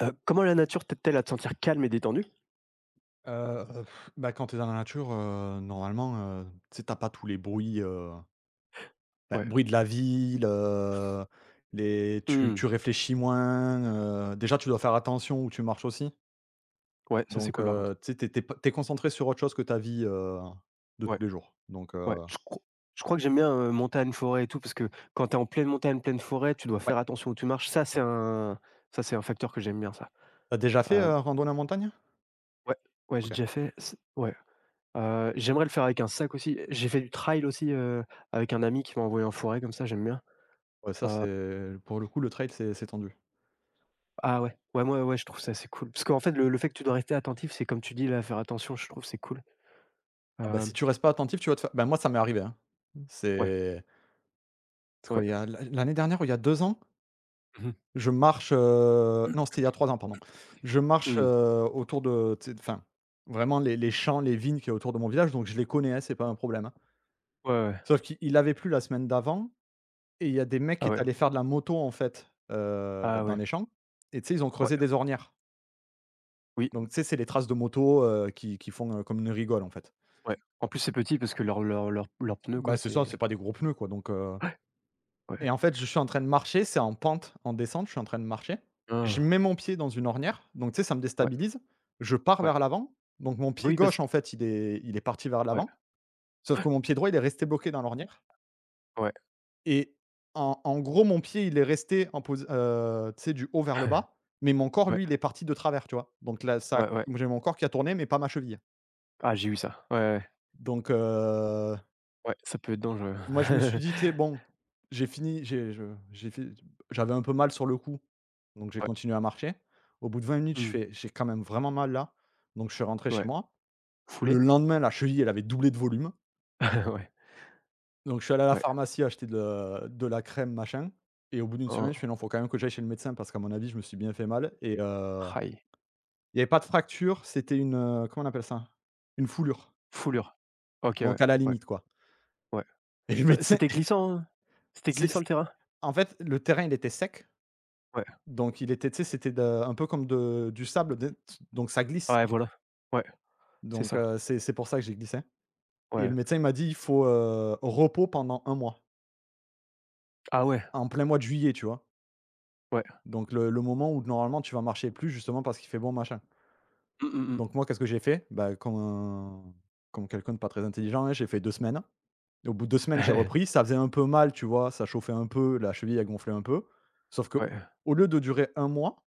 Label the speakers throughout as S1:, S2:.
S1: Comment la nature t'aide-t-elle à te sentir calme et détendu?
S2: Heu, Bah, quand tu es dans la nature, normalement, tu sais, tu pas tous les bruits, enfin,
S1: Ouais.
S2: bruits de la ville, les tu
S1: Mmh.
S2: tu réfléchis moins, déjà tu dois faire attention où tu marches aussi.
S1: Ouais, ça c'est
S2: Donc,
S1: cool par contre.
S2: tu sais, tu es concentré sur autre chose que ta vie, de tous
S1: Ouais,
S2: les jours. Donc,
S1: ouais. Je crois que j'aime bien, montagne, forêt et tout parce que quand t'es en pleine montagne, pleine forêt, tu dois
S2: ouais.
S1: faire attention où tu marches. Ça c'est un facteur que j'aime bien ça.
S2: Tu déjà fait,
S1: Hem,
S2: randonnée en montagne?
S1: ouais, ouais, j'ai
S2: OK.
S1: déjà fait c ouais, j'aimerais le faire avec un sac aussi. J'ai fait du trail aussi, avec un ami qui m'a envoyé en forêt comme ça, j'aime bien.
S2: Ouais, ça
S1: Heu,
S2: c'est pour le coup, le trail, c'est tendu.
S1: ah ouais, ouais, moi, ouais, je trouve ça c'est cool parce qu'en fait le fait que tu dois rester attentif, c'est comme tu dis là, faire attention, je trouve c'est cool.
S2: Ah bah, si
S1: Hem,
S2: tu restes pas attentif, tu vas te faire, bah, moi ça m'est arrivé, hein.
S1: ouais,
S2: C'est c'est quoi,
S1: ouais.
S2: il y a l'année dernière ou il y a 2 ans?
S1: Mmh.
S2: Je marche, non, c'était il y a 3 ans, pardon. Je marche, autour de, tu sais, enfin, vraiment les champs, les vignes qu'il y a autour de mon village, donc je les connais, hein, c'est pas un problème, hein.
S1: Ouais, ouais.
S2: Sauf qu'il avait plu la semaine d'avant et il y a des mecs qui
S1: Ah
S2: étaient
S1: ouais.
S2: allés faire de la moto, en fait,
S1: Ah
S2: dans
S1: ouais.
S2: les champs, et tu sais, ils ont
S1: Ouais.
S2: creusé des ornières.
S1: Oui,
S2: Donc tu sais, c'est les traces de moto, qui font, comme une rigole, en fait.
S1: ouais. En plus, c'est petit parce que leurs pneus,
S2: Bah,
S1: quoi,
S2: c'est ça, c'est
S1: c'est.
S2: pas des gros pneus, quoi, donc Et
S1: Ouais.
S2: en fait, je suis en train de marcher, c'est en pente, en descente, je suis en train de marcher. Je
S1: Ah.
S2: mets mon pied dans une ornière, donc tu sais, ça me
S1: Ouais,
S2: déstabilise. Je pars
S1: ouais.
S2: vers l'avant, donc mon pied
S1: Oui, parce
S2: gauche,
S1: que.
S2: en fait, il est parti vers
S1: Ouais,
S2: l'avant, sauf que mon pied droit, il est resté bloqué dans l'ornière.
S1: ouais,
S2: Et en gros, mon pied, il est resté en posi tu sais, du haut vers le bas, mais mon corps, lui, il
S1: ouais,
S2: est parti de travers, tu vois? Donc là, ça
S1: ouais, ouais.
S2: j'ai mon corps qui a tourné, mais pas ma cheville.
S1: Ah, j'ai eu ça. Ouais, ouais, ouais,
S2: Donc
S1: ouais, ça peut être dangereux.
S2: moi, je me suis dit, tu sais, bon, j'ai fini, j'ai je j'ai fait j'avais un peu mal sur le coup, donc j'ai
S1: Ouais.
S2: continué à marcher. Au bout de 20 minutes, je
S1: Mmh.
S2: fais: «J'ai quand même vraiment mal là», donc je suis rentré chez
S1: Ouais.
S2: moi. Le
S1: Foulée?
S2: lendemain, la cheville, elle avait doublé de volume,
S1: Ouais,
S2: donc je suis allé à la
S1: ouais.
S2: pharmacie acheter de la crème machin et au bout d'une semaine,
S1: Hein,
S2: je fais: «Non, faut quand même que j'aille chez le médecin parce qu'à mon avis, je me suis bien fait mal.» Et
S1: aïe.
S2: il y avait pas de fracture, c'était une, comment on appelle ça? Une foulure,
S1: Foulure. OK, ouais,
S2: donc à la
S1: ouais,
S2: limite, quoi.
S1: ouais.
S2: Et le
S1: Ça
S2: médecin
S1: c'était glissant, hein? C'était
S2: c'est
S1: glissant le terrain?
S2: en fait, le terrain, il était sec.
S1: Ouais.
S2: Donc il était, tu sais, c'était de, un peu comme de du sable de, donc ça glisse.
S1: Ouais, voilà. Ouais, c'est
S2: Donc
S1: ça.
S2: c'est pour ça que j'ai glissé. Et le
S1: Ouais.
S2: médecin il m'a dit: «Il faut, repos pendant un mois»,
S1: Ah ouais,
S2: en plein mois de juillet, tu vois?
S1: ouais.
S2: Donc le moment où normalement tu vas marcher plus justement parce qu'il fait bon machin.
S1: Mmh, mmh
S2: Donc moi qu'est-ce que j'ai fait? Bah, comme quelqu'un de pas très intelligent, hein, j'ai fait 2 semaines. Et au bout de 2 semaines, j'ai
S1: mh.
S2: repris, ça faisait un peu mal, tu vois? Ça chauffait un peu, la cheville a gonflé un peu. Sauf que,
S1: Ouais.
S2: au lieu de durer un mois,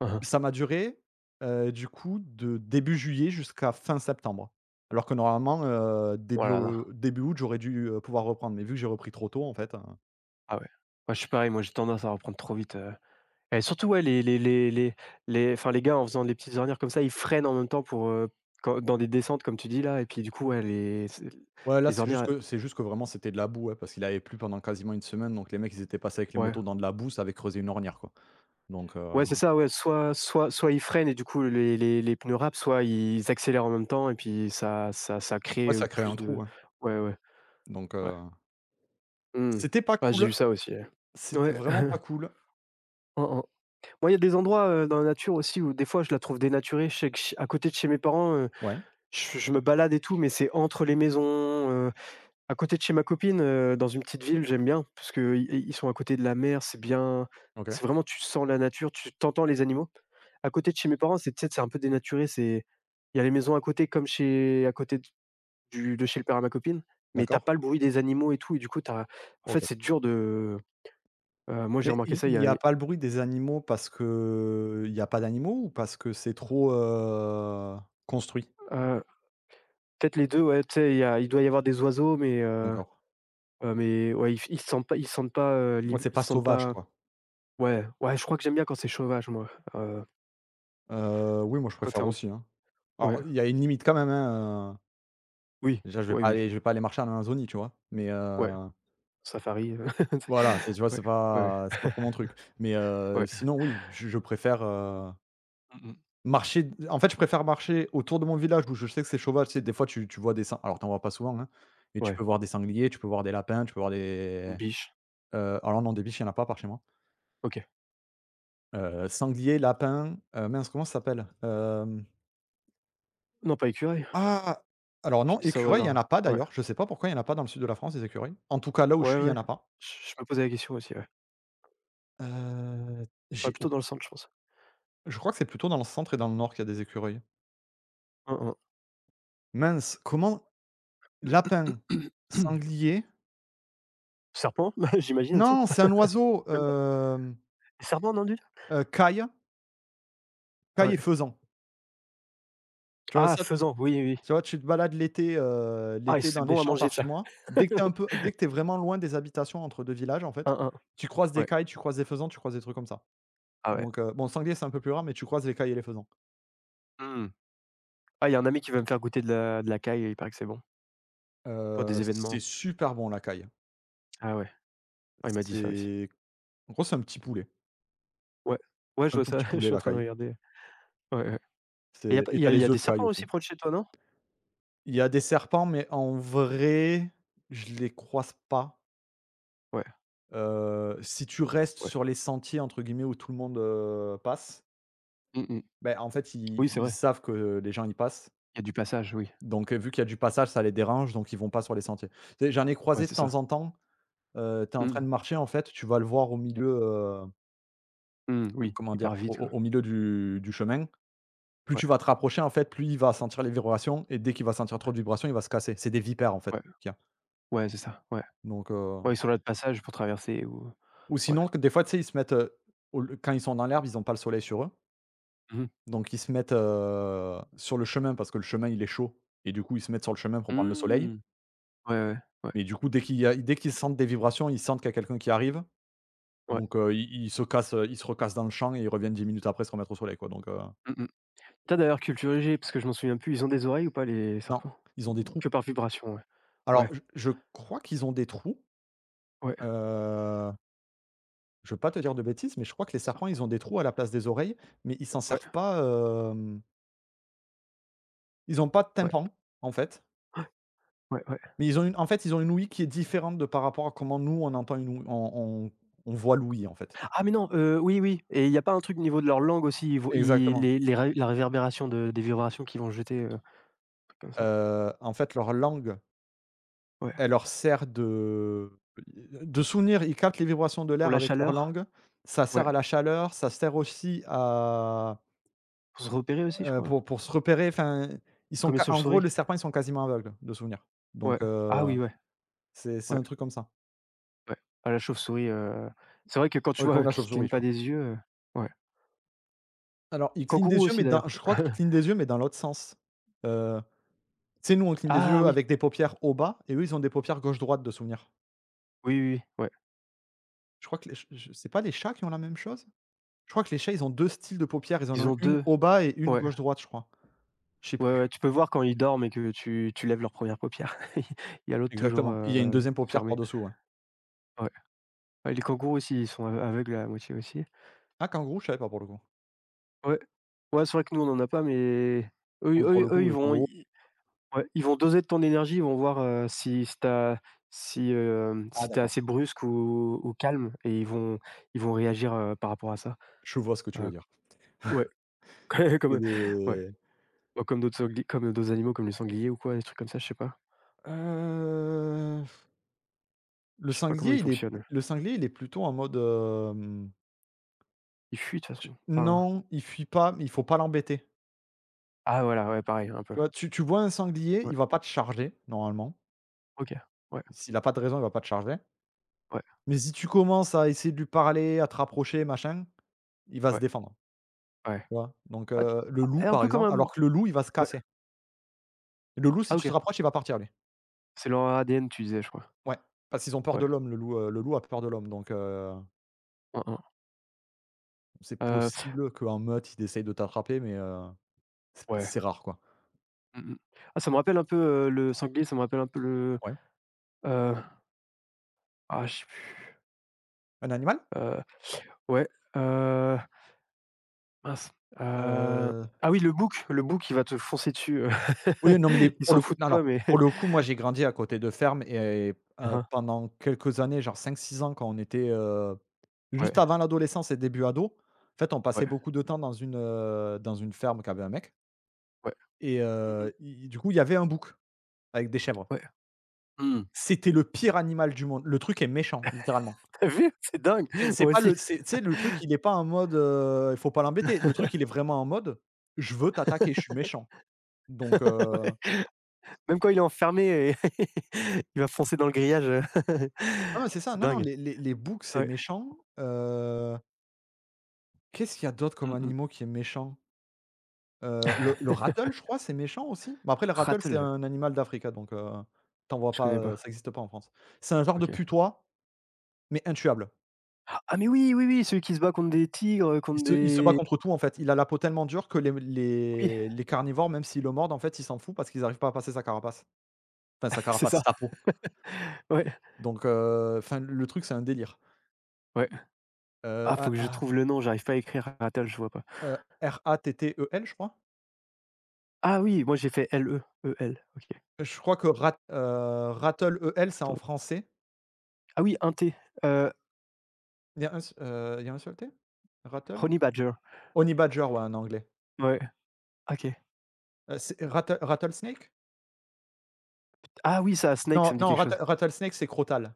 S1: Hein, hein.
S2: ça m'a duré, du coup, de début juillet jusqu'à fin septembre. Alors que normalement,
S1: Oh
S2: début
S1: là.
S2: au début août, j'aurais dû, pouvoir reprendre, mais vu que j'ai repris trop tôt, en fait,
S1: Ah ouais. Ouais, je suis pareil, moi j'ai tendance à reprendre trop vite, et surtout, ouais, les gars, en faisant des petites ornières comme ça, ils freinent en même temps pour, quand dans des descentes comme tu dis là et puis du coup, ouais, les c'est
S2: ouais, là,
S1: les ornières,
S2: c'est juste que vraiment, c'était de la boue, ouais, parce qu'il avait plu pendant quasiment une semaine, donc les mecs, ils étaient passés avec les
S1: ouais.
S2: motos dans de la boue, ça avait creusé une ornière, quoi. Donc
S1: Ouais, c'est ça, ouais, soit ils freinent et du coup les pneus, soit ils accélèrent en même temps et puis ça crée,
S2: ouais,
S1: heu,
S2: ça créait un
S1: plus
S2: trou,
S1: de
S2: hein.
S1: ouais, ouais,
S2: Donc
S1: ouais. Mmh.
S2: c'était pas
S1: Ouais, j'ai
S2: cool,
S1: eu ça aussi, ouais.
S2: c'était
S1: Ouais.
S2: vraiment pas cool.
S1: Mmh mh. Moi, il y a des endroits, dans la nature aussi où des fois je la trouve dénaturée. Je sais que ch à côté de chez mes parents,
S2: Ouais,
S1: je me balade et tout, mais c'est entre les maisons, à côté de chez ma copine, dans une petite ville, j'aime bien parce qu'ils sont à côté de la mer, c'est bien.
S2: OK,
S1: C'est vraiment tu sens la nature, tu t'entends les animaux. À côté de chez mes parents, c'est tu sais, c'est un peu dénaturé, c'est il y a les maisons à côté comme chez à côté d du de chez le père à ma copine, mais t'as
S2: d'accord,
S1: pas le bruit des animaux et tout et du coup t'as. En fait,
S2: OK.
S1: c'est dur de. Moi, j'ai
S2: Mais
S1: remarqué ça il
S2: il
S1: y
S2: y
S1: a
S2: a
S1: il
S2: pas le bruit des animaux parce que il y a pas d'animaux ou parce que c'est trop, construit?
S1: euh, peut-être les 2. Ouais, tu sais, il doit y avoir des oiseaux
S2: D'accord.
S1: mais ouais, ils f ils se sentent pas ils se sentent pas,
S2: Moi
S1: lib
S2: c'est
S1: ils
S2: pas
S1: se sentent
S2: sauvage,
S1: pas.
S2: quoi.
S1: Ouais, ouais, je crois que j'aime bien quand c'est sauvage moi, heu,
S2: Oui, moi, je
S1: quand t'es
S2: préfère
S1: en
S2: aussi, hein. Alors,
S1: ouais,
S2: il y a une limite quand même, hein,
S1: oui,
S2: déjà,
S1: ouais, oui,
S2: je vais pas aller marcher en Amazonie, tu vois? Mais
S1: ouais, safari,
S2: voilà, tu vois,
S1: ouais, ouais, ouais,
S2: c'est pas trop mon truc. Mais
S1: ouais,
S2: sinon, oui, je préfère,
S1: mmh
S2: marcher en fait, je préfère marcher autour de mon village où je sais que c'est sauvage, tu sais, des fois, tu vois des sang alors, tu en vois pas souvent, hein, mais tu
S1: ouais,
S2: peux voir des sangliers, tu peux voir des lapins, tu peux voir
S1: une
S2: des…
S1: biche,
S2: Alors non, des biches, il y en a pas par chez moi.
S1: OK.
S2: Sanglier, lapin, mince, comment ça s'appelle?
S1: Non pas écureuil,
S2: Ah! Alors
S1: je
S2: non,
S1: dis ça au
S2: écureuil, il y en a
S1: hasard,
S2: pas
S1: ouais,
S2: d'ailleurs. Je sais pas pourquoi il y en a pas dans le sud de la France des écureuils. En tout cas, là où je
S1: ouais,
S2: suis, il y
S1: ouais,
S2: en a pas.
S1: je me posais la question aussi, ouais.
S2: Heu,
S1: Ouais,
S2: j'ai au
S1: plutôt dans le centre je pense.
S2: je crois que c'est plutôt dans le centre et dans le nord qu'il y a des écureuils.
S1: Hein, hein.
S2: Mince, comment? Lapin, sanglier…
S1: Serpent? J'imagine aussi,
S2: non, c'est un oiseau,
S1: même pas? Serpent non du tout?
S2: heu, caille, caille et
S1: Ouais.
S2: faisan. Tu vois
S1: Ah
S2: ça
S1: faisan, oui, oui, oui.
S2: Tu vois, tu te balades l'été, heu,
S1: Ah
S2: l'été
S1: c'est
S2: dans les
S1: bon à
S2: champs
S1: manger
S2: par chez
S1: ça.
S2: moi. Dès que tu es un peu Dès que t'es vraiment loin des habitations entre 2 villages, en
S1: Un,
S2: fait,
S1: un.
S2: tu croises des
S1: Ouais,
S2: cailles, tu croises des faisans, tu croises des trucs comme ça.
S1: ah ouais,
S2: Donc bon, sanglier, c'est un peu plus rare, mais tu croises les cailles et les faisans.
S1: mmh. Ah il y a un ami qui veut me faire goûter de la caille, il paraît que c'est bon, pour des
S2: C'est
S1: événements.
S2: super bon la caille.
S1: Ah ouais. Ah, il m'a dit ça aussi.
S2: C'est En gros, c'est un petit poulet.
S1: Ouais, ouais, je
S2: Un
S1: vois
S2: tout
S1: ça,
S2: petit
S1: je
S2: poulet
S1: suis en
S2: la
S1: train de
S2: caille.
S1: regarder. Ouais, ouais. Et il y a
S2: C'est
S1: pas
S2: Et
S1: y
S2: t'as
S1: a y
S2: les
S1: a
S2: œufs
S1: des
S2: de
S1: serpents
S2: caille aussi.
S1: aussi proches de chez toi, non?
S2: Il y a des serpents, mais en vrai, je les croise pas.
S1: Ouais,
S2: Si tu restes
S1: ouais.
S2: sur les «sentiers» entre guillemets où tout le monde, passe.
S1: Mmh mh.
S2: Ben en fait, ils
S1: Oui, c'est
S2: ils
S1: vrai.
S2: savent que les gens y passent,
S1: Il y a du passage, oui.
S2: donc, vu qu'il y a du passage, ça les dérange, donc ils vont pas sur les sentiers. Tu sais, j'en ai
S1: Ouais,
S2: croisé de
S1: c'est
S2: temps
S1: ça.
S2: en temps, tu es en
S1: Mmh
S2: train
S1: mh.
S2: de marcher, en fait, tu vas le voir au milieu,
S1: Mmh, oui,
S2: comment
S1: ils
S2: dire?
S1: partent
S2: Au
S1: vite,
S2: au
S1: quoi.
S2: au milieu du chemin. Plus tu
S1: Ouais,
S2: vas te rapprocher, en fait, plus il va sentir les vibrations et dès qu'il va sentir trop de vibrations, il va se casser. C'est des vipères, en fait,
S1: ouais,
S2: qu'il y a,
S1: ouais, c'est ça, ouais.
S2: donc
S1: Ouais, ils sont là de passage pour traverser ou
S2: ou
S1: ouais.
S2: sinon que des fois, tu sais, ils se mettent, au quand ils sont dans l'herbe, ils ont pas le soleil sur eux,
S1: Mmh mh.
S2: donc ils se mettent, sur le chemin parce que le chemin, il est chaud et du coup, ils se mettent sur le chemin pour prendre le soleil.
S1: Mmh. Ouais, ouais, ouais,
S2: Mais du coup, dès qu'ils sentent des vibrations, ils sentent qu'il y a quelqu'un qui arrive,
S1: ouais.
S2: donc ils se cassent, ils se recassent dans le champ et ils reviennent 10 minutes après se remettre au soleil, quoi, donc
S1: Mmh mh. Tu D'ailleurs culture G, parce que je m'en souviens plus, ils ont des oreilles ou pas les
S2: non,
S1: serpents?
S2: ils ont des trous.
S1: Que par vibration, ouais. Ouais,
S2: Alors je crois qu'ils ont des trous,
S1: ouais,
S2: heu, je veux pas te dire de bêtises, mais je crois que les serpents, ils ont
S1: serpent.
S2: des trous à la place des oreilles, mais ils s'en
S1: Ouais,
S2: servent pas, hem, ils ont pas de
S1: ouais,
S2: tympan, en fait,
S1: ouais, ouais.
S2: mais ils ont une en fait, ils ont une ouïe qui est différente de par rapport à comment nous, on entend une ouïe on on voit l'ouïe, en fait.
S1: Ah mais non, oui, oui et il y a pas un truc au niveau de leur langue aussi, ils vont ils
S2: Exactement,
S1: les ré la réverbération de des vibrations qu'ils vont jeter, comme ça.
S2: en fait, leur langue,
S1: Ouais.
S2: elle leur sert de souvenir, ils captent les vibrations de
S1: Pour
S2: l'air
S1: la
S2: avec leur
S1: chaleur?
S2: langue. Ça sert
S1: Ouais.
S2: à la chaleur, ça sert aussi à,
S1: Pour se repérer aussi, je
S2: pour
S1: crois.
S2: pour se repérer, enfin, ils sont
S1: Comme les
S2: ca en gros,
S1: chauves-souris?
S2: les serpents, ils sont quasiment aveugles de souvenir.
S1: Ouais.
S2: Donc
S1: Ah oui, ouais,
S2: c'est
S1: ouais,
S2: un truc comme ça.
S1: ouais. Ah la chauve-souris, c'est vrai que quand tu
S2: Oui, comme
S1: vois
S2: la
S1: qu'ils
S2: chauve-souris,
S1: clignent
S2: tu
S1: pas
S2: vois?
S1: des yeux, ouais.
S2: Alors, ils clignent des
S1: Kangourou
S2: yeux,
S1: aussi
S2: mais dans
S1: d'ailleurs.
S2: je crois qu'ils clignent des yeux, mais dans l'autre sens. Heu, Tu sais, nous, on cligne des
S1: Ah
S2: yeux
S1: oui.
S2: avec des paupières au bas et eux, ils ont des paupières gauche-droite de souvenir.
S1: Oui, oui, oui, ouais.
S2: Je crois que les ch je c'est pas les chats qui ont la même chose? Je crois que les chats, ils ont 2 styles de paupières. Ils en
S1: Ils
S2: ont
S1: ont
S2: une
S1: 2.
S2: au bas et une
S1: Ouais,
S2: gauche-droite, je crois. Je sais
S1: ouais, ouais,
S2: plus,
S1: tu peux voir quand ils dorment et que tu lèves leur première paupière. Il y a l'autre toujours,
S2: exactement. Il y a une
S1: heu,
S2: deuxième paupière
S1: fermée.
S2: par-dessous, ouais.
S1: Ouais. Ouais, les kangourous aussi, ils sont aveugles à la moitié aussi.
S2: Ah, kangourou, je savais pas pour le coup.
S1: Ouais. Ouais, c'est vrai que nous, on en a pas, mais eux
S2: Oui, pour
S1: eux
S2: le
S1: eux,
S2: coup,
S1: ils vont
S2: kangourou
S1: i ouais, ils vont doser de ton énergie, ils vont voir, si si tu si, hem,
S2: ah
S1: si tu
S2: d'accord,
S1: assez brusque ou calme et ils vont réagir, par rapport à ça.
S2: je vois ce que tu veux
S1: Heu,
S2: dire.
S1: ouais, comme
S2: C'est
S1: ouais,
S2: des
S1: bah, comme d'autres animaux, comme les sangliers ou quoi, des trucs comme ça, je sais pas.
S2: heu, le
S1: Je sais pas comment
S2: sanglier,
S1: ils
S2: il est
S1: fonctionnent.
S2: le sanglier, il est plutôt en mode,
S1: Ils fuient de toute
S2: tu
S1: façon, enfin
S2: non, il fuit pas, mais il faut pas l'embêter.
S1: ah voilà, ouais, pareil, un peu.
S2: Tu vois? Tu vois un sanglier,
S1: Ouais,
S2: il va pas te charger, normalement.
S1: OK. Ouais,
S2: S'il a pas de raison, il va pas te charger.
S1: ouais,
S2: Mais si tu commences à essayer de lui parler, à te rapprocher, machin, il va se
S1: ouais,
S2: défendre.
S1: ouais.
S2: Tu vois? Donc
S1: Ah,
S2: le loup
S1: un
S2: par
S1: peu comme
S2: exemple,
S1: un
S2: alors que le loup il va se
S1: ouais,
S2: casser. Le loup, si
S1: ah
S2: tu te
S1: OK.
S2: rapproches, il va partir lui.
S1: C'est leur ADN, tu disais, je crois.
S2: Ouais, parce qu'ils ont peur
S1: Ouais.
S2: de l'homme, le loup a peur de l'homme, donc
S1: Mmh.
S2: c'est
S1: Heu,
S2: possible qu'en meute il essaye de t'attraper, mais c'est
S1: ouais.
S2: c'est rare quoi.
S1: Mmh mh. Ah, ça me rappelle un peu, le sanglier, ça me rappelle un peu le,
S2: Ouais.
S1: heu, ah, je sais plus,
S2: Un animal?
S1: heu, ouais, heu, mince, heu,
S2: Heu,
S1: ah oui, le bouc, il va te foncer dessus,
S2: oui, non mais les
S1: il
S2: pour
S1: s'en
S2: le coup
S1: fout de
S2: non,
S1: toi,
S2: alors
S1: mais
S2: pour le coup moi j'ai grandi à côté de fermes et
S1: hein, hein.
S2: pendant quelques années, genre 5 6 ans, quand on était,
S1: Ouais,
S2: juste avant l'adolescence et début ado. En fait, on passait
S1: ouais,
S2: beaucoup de temps dans une ferme qu'avait un mec,
S1: ouais.
S2: et
S1: Mmh mh.
S2: i du coup il y avait un bouc. Avec des chèvres.
S1: Ouais. Mmh.
S2: C'était le pire animal du monde. Le truc est méchant, littéralement.
S1: Tu as vu? C'est dingue!
S2: C'est
S1: Moi
S2: pas
S1: aussi.
S2: le c'est tu sais, le truc, il est pas en mode, il faut pas l'embêter. Le truc, il est vraiment en mode: «Je veux t'attaquer, je suis méchant». Donc heu,
S1: Ouais. Même quand il est enfermé, et il va foncer dans le grillage,
S2: ah ouais, c'est ça.
S1: c'est
S2: Non, non,
S1: dingue.
S2: les boucs, c'est
S1: Ouais.
S2: méchant. Qu'est-ce qu'il y a d'autre comme
S1: Mmh mh.
S2: animaux qui est méchant? Le rattle, je crois, c'est méchant aussi. Mais après, le rattle, c'est
S1: Rattle,
S2: un animal d'Afrique, hein, donc tu vois
S1: je
S2: pas,
S1: connais pas.
S2: ça existe pas en France. C'est un genre de
S1: OK.
S2: putois, mais intuable.
S1: Ah mais oui, oui, oui, celui qui se bat contre des tigres,
S2: Il
S1: contre
S2: se il se bat
S1: des
S2: contre tout, en fait. Il a la peau tellement dure que les
S1: oui,
S2: les les carnivores, même s'ils le mordent, en fait, ils s'en foutent parce qu'ils n'arrivent pas à passer sa carapace. Enfin, sa
S1: c'est
S2: carapace,
S1: ça,
S2: sa peau.
S1: ouais,
S2: Donc enfin le truc, c'est un délire.
S1: ouais. Ah,
S2: A
S1: faut que je
S2: A
S1: trouve le nom, j'arrive pas à écrire Rattle, je vois pas.
S2: R-A-T-T-E-L, je crois.
S1: Ah oui, moi j'ai fait l e e l OK.
S2: Je crois que rattle, E-L, c'est en
S1: Attends.
S2: français.
S1: Ah oui, un T, heu,
S2: Il y a un s il y a un seul T? Rattle?
S1: Honey Badger.
S2: Honey badger, ouais, en anglais.
S1: Ouais, OK.
S2: C'est ratte rattlesnake?
S1: Ah oui, ça, Snake,
S2: Non,
S1: ça me dit
S2: non,
S1: quelque
S2: ratte
S1: chose.
S2: rattlesnake, c'est crotal.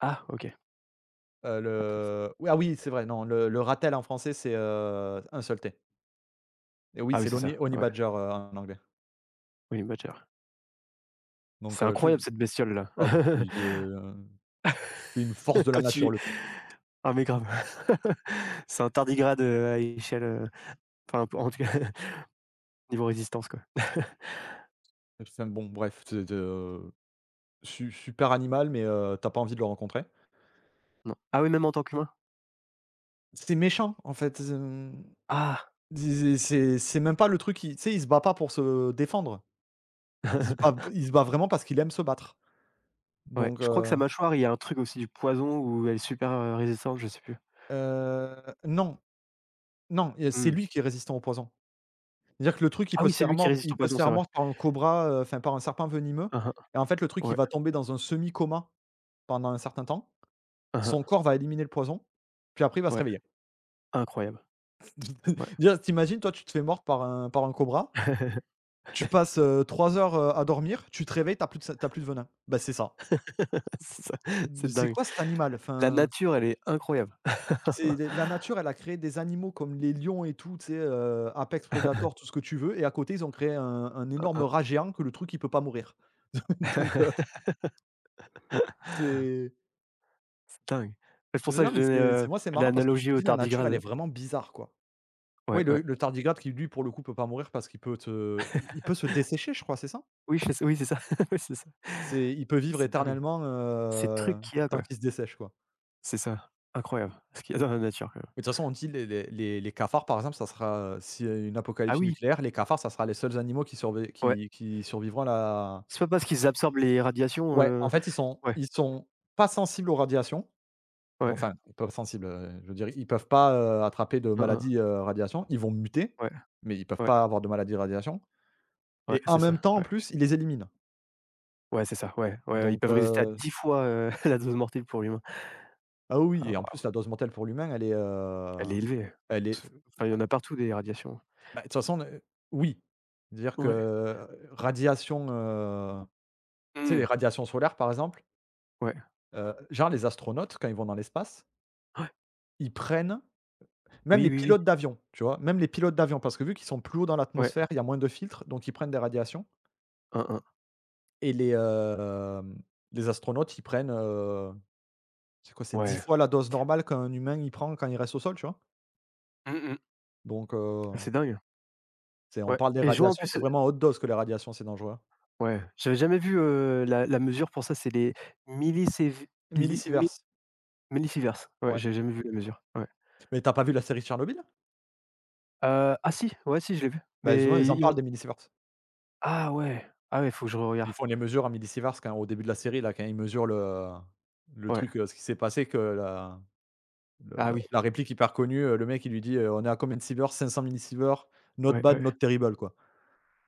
S1: Ah OK, Rattle Snake.
S2: Le oui, ah oui, c'est vrai, non, le rattle en français, c'est, un seul T. Et oui,
S1: Ah oui,
S2: c'est
S1: c'est
S2: l'honey
S1: ça,
S2: honey
S1: ouais,
S2: badger, en anglais.
S1: Honey Badger.
S2: Donc
S1: C'est
S2: je
S1: incroyable cette bestiole-là.
S2: ah bah, je C'est une force de la
S1: Quand
S2: nature,
S1: tu
S2: le truc.
S1: ah mais grave. C'est un tardigrade, à échelle, enfin, en tout cas, niveau résistance, quoi.
S2: Enfin bon, bref, c'est de su super animal, mais tu as pas envie de le rencontrer.
S1: Non. Ah oui, même en tant qu'humain?
S2: C'est méchant en fait,
S1: Ah!
S2: c'est même pas le truc qui, tu sais, il se bat pas pour se défendre. Il se bat vraiment parce qu'il aime se battre.
S1: Ouais,
S2: Donc
S1: je crois que sa
S2: heu,
S1: mâchoire, il y a un truc aussi du poison où elle est super, résistante, je sais plus.
S2: heu, non, non, et c'est
S1: Mmh.
S2: lui qui est résistant au poison. C'est-à-dire que le truc, il
S1: Ah
S2: peut
S1: oui,
S2: se
S1: c'est
S2: faire
S1: lui qui
S2: mordre
S1: résiste
S2: il
S1: au
S2: peut se
S1: poison, c'est
S2: faire
S1: vrai.
S2: mordre par un cobra, enfin par un serpent venimeux,
S1: Hein, hein.
S2: et en fait, le truc, il
S1: Ouais.
S2: va tomber dans un semi coma pendant un certain temps,
S1: Hein, hein.
S2: son corps va éliminer le poison, puis après il va se
S1: Ouais.
S2: réveiller.
S1: Incroyable. Ouais.
S2: Déjà, tu toi, tu te fais mordre par un cobra, tu passes, 3 heures, à dormir, tu te réveilles, t'as plus de sa tu plus de venin. Bah, c'est ça.
S1: C'est ça, c'est
S2: C'est
S1: dingue.
S2: quoi cet animal?
S1: La
S2: Enfin,
S1: nature, elle est incroyable.
S2: c'est la nature, elle a créé des animaux comme les lions et tout, tu sais, Apex Predator, tout ce que tu veux, et à côté, ils ont créé un énorme
S1: Hein,
S2: rat géant, que le truc, il peut pas mourir. Donc c'est
S1: c'est dingue. C'est pour
S2: c'est
S1: ça que
S2: non,
S1: je
S2: mais
S1: donnais,
S2: c'est
S1: heu,
S2: moi, c'est marrant parce que tu
S1: l'analogie
S2: te dis
S1: au
S2: la nature, elle est
S1: tardigrade.
S2: vraiment bizarre, quoi. Oui,
S1: Ouais, ouais.
S2: le tardigrade qui lui, pour le coup, peut pas mourir parce qu'il peut se dessécher, je crois, c'est ça?
S1: Oui, je sais oui, c'est ça. Oui, c'est ça.
S2: C'est il peut vivre
S1: C'est dingue.
S2: éternellement,
S1: Ces trucs qu'il y a,
S2: tant
S1: quoi.
S2: qu'il se dessèche, quoi.
S1: C'est ça. Incroyable, ce qu'il y a dans la nature, quand même.
S2: Mais de toute façon, on dit les cafards, par exemple, ça sera, s'il y a une
S1: Ah
S2: apocalypse
S1: oui,
S2: nucléaire, les cafards, ça sera les seuls animaux qui survé
S1: ouais.
S2: qui survivront à la
S1: C'est pas parce qu'ils absorbent les radiations,
S2: ouais, en
S1: heu
S2: fait, ils sont
S1: Ouais,
S2: ils sont pas sensibles aux radiations, bon,
S1: ouais,
S2: enfin, pas sensibles, je veux dire, ils peuvent pas, attraper de
S1: hein, hein,
S2: maladies, radiations. Ils vont muter,
S1: ouais,
S2: mais ils peuvent
S1: ouais,
S2: pas avoir de maladies radiations,
S1: ouais,
S2: et en
S1: c'est
S2: même
S1: ça,
S2: temps, en
S1: ouais.
S2: plus, ils les éliminent,
S1: Ouais, c'est ça, ouais, ouais, ouais, ils
S2: donc
S1: peuvent résister à
S2: heu
S1: 10 fois, la dose mortelle pour l'humain.
S2: ah
S1: Ah
S2: oui, et en
S1: ouais,
S2: plus la dose mentale pour l'humain, elle est, heu,
S1: elle est élevée. Hein,
S2: elle est
S1: c'est enfin, il y en a partout des radiations.
S2: bah, de toute façon, oui. Dire que,
S1: Ouais.
S2: radiation, tu sais, les
S1: Mmh.
S2: radiations solaires par exemple,
S1: Ouais,
S2: genre les astronautes, quand ils vont dans l'espace,
S1: ouais.
S2: ils prennent même
S1: Oui,
S2: les
S1: oui, oui.
S2: pilotes d'avion, tu vois? Même les pilotes d'avion, parce que vu qu'ils sont plus haut dans
S1: Ouais.
S2: l'atmosphère, il y a moins de filtres, donc ils prennent des radiations.
S1: Hein, hein.
S2: Et les, les astronautes ils prennent, c'est quoi? C'est 10
S1: Ouais.
S2: fois la dose normale qu'un humain il prend quand il reste au sol, tu vois?
S1: Mmh mh.
S2: Donc
S1: C'est dingue.
S2: C'est on
S1: Ouais
S2: parle des
S1: et je vois en
S2: radiations, c'est
S1: plus,
S2: vraiment à haute dose que les radiations, c'est dangereux, hein.
S1: ouais, j'avais jamais vu, la mesure pour ça, c'est les millisiev li mi
S2: Millisieverts,
S1: millisieverts. Ouais,
S2: ouais.
S1: j'ai jamais vu la mesure, ouais.
S2: Mais t'as pas vu la série Tchernobyl?
S1: Ah si, ouais, si, je l'ai vu,
S2: Bah, justement,
S1: mais
S2: ils en
S1: ils
S2: parlent,
S1: m'ont
S2: des millisieverts.
S1: ah ouais, ah ouais, il faut que je
S2: Ils
S1: regarde.
S2: font les mesures en millisieverts quand, au début de la série, là, quand ils mesurent le
S1: Ouais.
S2: truc, ce qui s'est passé, que la le
S1: Ah
S2: la
S1: oui.
S2: la réplique hyper connue, le mec, il lui dit: «On est à combien de sieverts? 500 millisieverts, not
S1: Ouais,
S2: bad,
S1: ouais,
S2: not terrible», quoi.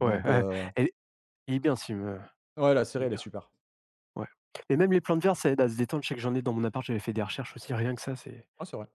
S1: ouais,
S2: Donc
S1: ouais.
S2: heu,
S1: Elle il est bien ce film,
S2: ouais, la
S1: il
S2: série,
S1: est
S2: elle est
S1: bien,
S2: super.
S1: ouais. Et même les plantes vertes, ça aide à se détendre. Je sais que j'en ai dans mon appart, j'avais fait des recherches aussi, rien que ça, c'est
S2: Ouais, c'est vrai.